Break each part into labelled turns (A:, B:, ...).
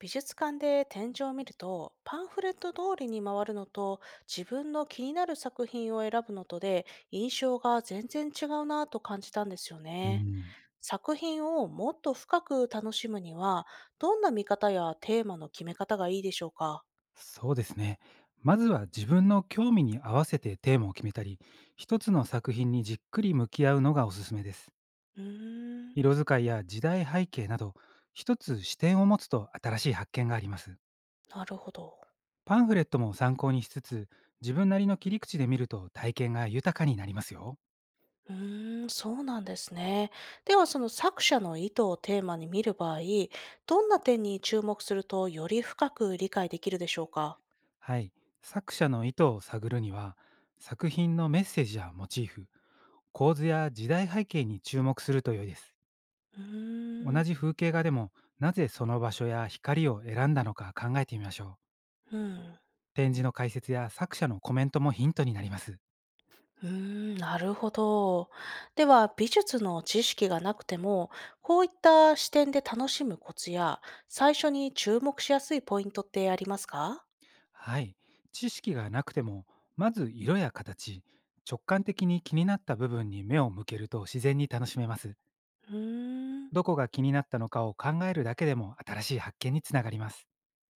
A: 美術館で展示を見るとパンフレット通りに回るのと自分の気になる作品を選ぶのとで印象が全然違うなぁと感じたんですよ
B: う
A: ね。
B: ん、
A: 作品をもっと深く楽しむにはどんな見方やテーマの決め方がいいでしょうか。
B: そうですね。まずは自分の興味に合わせてテーマを決めたり、一つの作品にじっくり向き合うのがおすすめです。
A: うーん
B: 色使いや時代背景など、一つ視点を持つと新しい発見があります。
A: なるほど。
B: パンフレットも参考にしつつ、自分なりの切り口で見ると体験が豊かになりますよ。
A: うーんそうなんですね。ではその作者の意図をテーマに見る場合どんな点に注目するとより深く理解できるでしょうか。
B: はい。作者の意図を探るには、作品のメッセージやモチーフ、構図や時代背景に注目すると良いです。
A: うーん
B: 同じ風景画でも、なぜその場所や光を選んだのか考えてみましょう。
A: うん。
B: 展示の解説や作者のコメントもヒントになります。
A: うーん、なるほど。では、美術の知識がなくても、こういった視点で楽しむコツや、最初に注目しやすいポイントってありますか。
B: はい。知識がなくても、まず色や形、直感的に気になった部分に目を向けると自然に楽しめます。
A: うーん、
B: どこが気になったのかを考えるだけでも新しい発見につながります。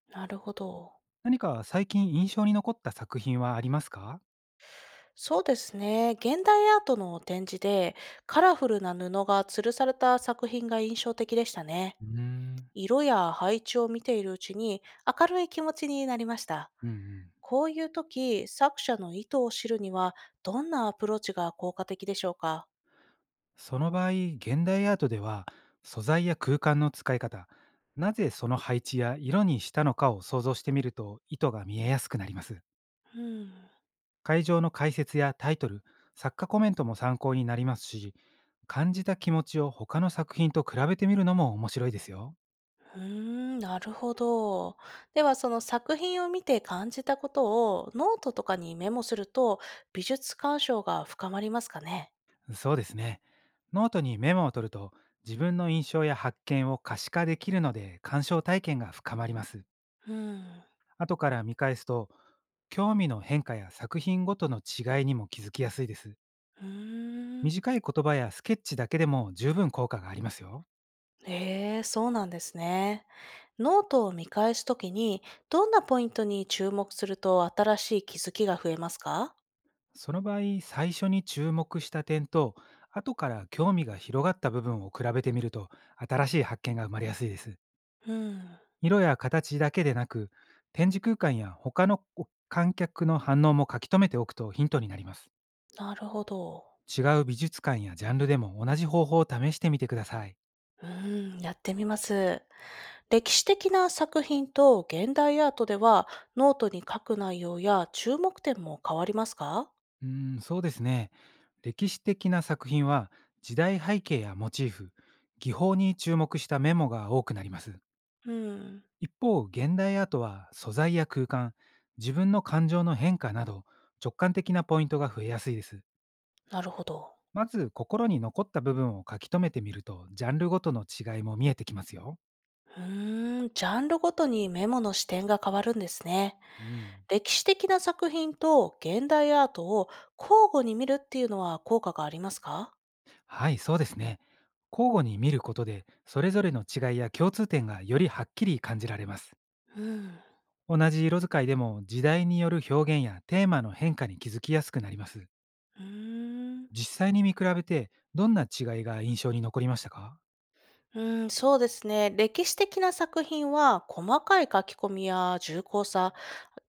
A: なるほど。
B: 何か最近印象に残った作品はありますか？
A: そうですね。現代アートの展示で、カラフルな布が吊るされた作品が印象的でしたね。
B: うーん。
A: 色や配置を見ているうちに、明るい気持ちになりました。
B: うんうん。
A: こういう時、作者の意図を知るには、どんなアプローチが効果的でしょうか。
B: その場合、現代アートでは素材や空間の使い方、なぜその配置や色にしたのかを想像してみると意図が見えやすくなります。
A: うん。
B: 会場の解説やタイトル、作家コメントも参考になりますし、感じた気持ちを他の作品と比べてみるのも面白いですよ。
A: うーん、なるほど。では、その作品を見て感じたことをノートとかにメモすると、美術鑑賞が深まりますかね。
B: そうですね。ノートにメモを取ると、自分の印象や発見を可視化できるので鑑賞体験が深まります。
A: うん。
B: 後から見返すと、興味の変化や作品ごとの違いにも気づきやすいです。
A: うーん。
B: 短い言葉やスケッチだけでも十分効果がありますよ。
A: ええ、そうなんですね。ノートを見返すときに、どんなポイントに注目すると新しい気づきが増えますか。
B: その場合、最初に注目した点と、後から興味が広がった部分を比べてみると、新しい発見が生まれやすいです。
A: うん。
B: 色や形だけでなく、展示空間や他の観客の反応も書き留めておくとヒントになります。
A: なるほど。
B: 違う美術館やジャンルでも同じ方法を試してみてください。
A: うーん、やってみます。歴史的な作品と現代アートでは、ノートに書く内容や注目点も変わりますか。
B: うーそうですね。歴史的な作品は、時代背景やモチーフ、技法に注目したメモが多くなります。
A: うん、
B: 一方、現代アートは素材や空間、自分の感情の変化など、直感的なポイントが増えやすいです。
A: なるほど。
B: まず心に残った部分を書き留めてみると、ジャンルごとの違いも見えてきますよ。
A: うーん、ジャンルごとにメモの視点が変わるんですね。
B: うん。
A: 歴史的な作品と現代アートを交互に見るっていうのは効果がありますか。
B: はい、そうですね。交互に見ることで、それぞれの違いや共通点がよりはっきり感じられます。
A: うん。
B: 同じ色使いでも、時代による表現やテーマの変化に気づきやすくなります。
A: うーん
B: 実際に見比べてどんな違いが印象に残りましたか？
A: うん、そうですね。歴史的な作品は細かい書き込みや重厚さ、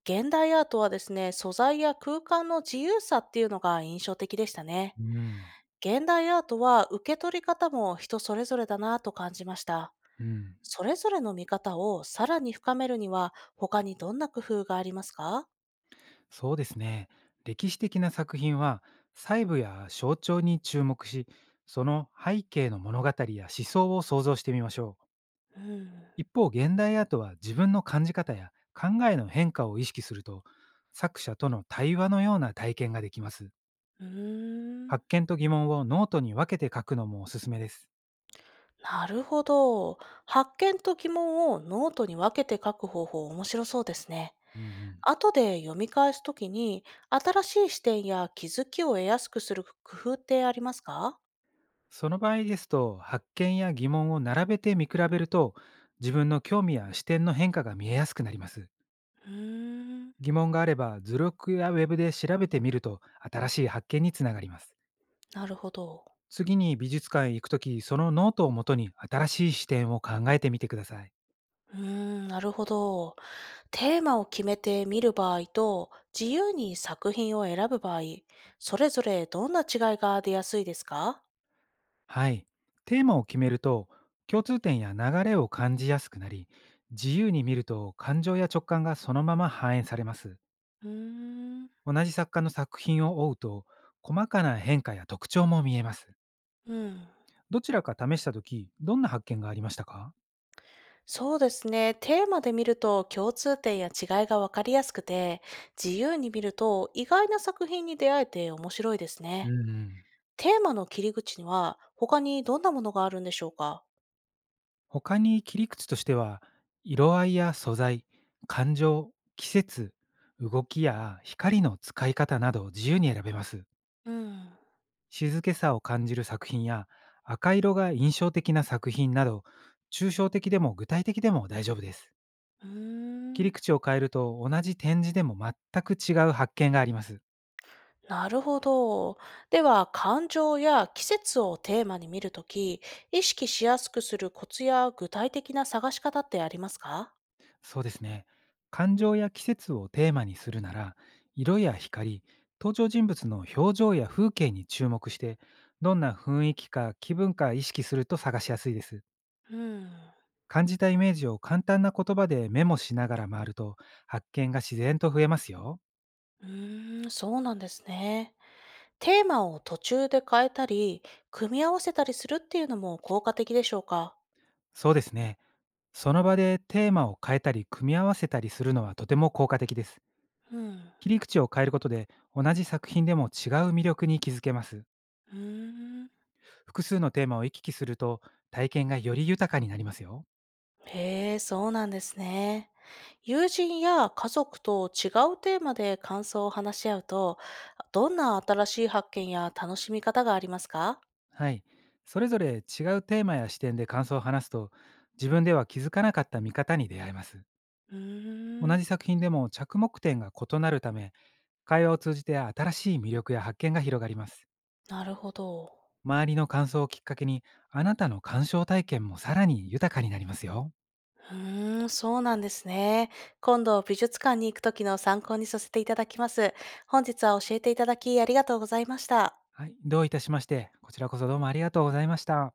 A: 現代アートはですね、素材や空間の自由さっていうのが印象的でしたね。
B: うん、
A: 現代アートは受け取り方も人それぞれだなと感じました。
B: うん、
A: それぞれの見方をさらに深めるには他にどんな工夫がありますか。
B: そうですね。歴史的な作品は、細部や象徴に注目し、その背景の物語や思想を想像してみましょう。
A: うん。
B: 一方、現代アートは自分の感じ方や考えの変化を意識すると、作者との対話のような体験ができます。
A: うーん。
B: 発見と疑問をノートに分けて書くのもおすすめです。
A: なるほど。発見と疑問をノートに分けて書く方法面白そうですね。
B: うんうん。
A: 後で読み返すときに、新しい視点や気づきを得やすくする工夫ってありますか。
B: その場合ですと、発見や疑問を並べて見比べると、自分の興味や視点の変化が見えやすくなります。
A: うーん、
B: 疑問があれば、図録やウェブで調べてみると新しい発見につながります。
A: なるほど。
B: 次に美術館へ行くとき、そのノートをもとに新しい視点を考えてみてください。
A: うーん、なるほど。テーマを決めて見る場合と、自由に作品を選ぶ場合、それぞれどんな違いが出やすいですか。
B: はい。テーマを決めると、共通点や流れを感じやすくなり、自由に見ると感情や直感がそのまま反映されます。
A: うーん、
B: 同じ作家の作品を追うと、細かな変化や特徴も見えます。
A: うん。
B: どちらか試した時、どんな発見がありましたか？
A: そうですね。テーマで見ると共通点や違いがわかりやすくて、自由に見ると意外な作品に出会えて面白いです
B: う
A: ね。
B: んうん。
A: テーマの切り口には他にどんなものがあるんでしょうか？
B: 他に切り口としては、色合いや素材、感情、季節、動きや光の使い方などを自由に選べます。
A: うん。
B: 静けさを感じる作品や、赤色が印象的な作品など、抽象的でも具体的でも大丈夫です。
A: うー
B: 切り
A: ん。
B: 口を変えると、同じ展示でも全く違う発見があります。
A: なるほど。では、感情や季節をテーマに見るとき、意識しやすくするコツや具体的な探し方ってありますか？
B: そうですね。感情や季節をテーマにするなら、色や光、登場人物の表情や風景に注目して、どんな雰囲気か気分か意識すると探しやすいです。
A: うん。
B: 感じたイメージを簡単な言葉でメモしながら回ると、発見が自然と増えますよ。
A: うーん、そうなんですね。テーマを途中で変えたり、組み合わせたりするっていうのも効果的でしょうか？
B: そうですね。その場でテーマを変えたり組み合わせたりするのは、とても効果的です。
A: うん。
B: 切り口を変えることで、同じ作品でも違う魅力に気づけます。
A: うーん。
B: 複数のテーマを行き来すると、体験がより豊かになりますよ。
A: へえ、そうなんですね。友人や家族と違うテーマで感想を話し合うと、どんな新しい発見や楽しみ方がありますか。
B: はい。それぞれ違うテーマや視点で感想を話すと、自分では気づかなかった見方に出会えます。
A: うー
B: 同
A: ん、
B: じ作品でも着目点が異なるため、会話を通じて新しい魅力や発見が広がります。
A: なるほど。
B: 周りの感想をきっかけに、あなたの鑑賞体験もさらに豊かになりますよ。
A: うーん、そうなんですね。今度美術館に行くときの参考にさせていただきます。本日は教えていただきありがとうございました。
B: はい。どういたしまして、こちらこそどうもありがとうございました。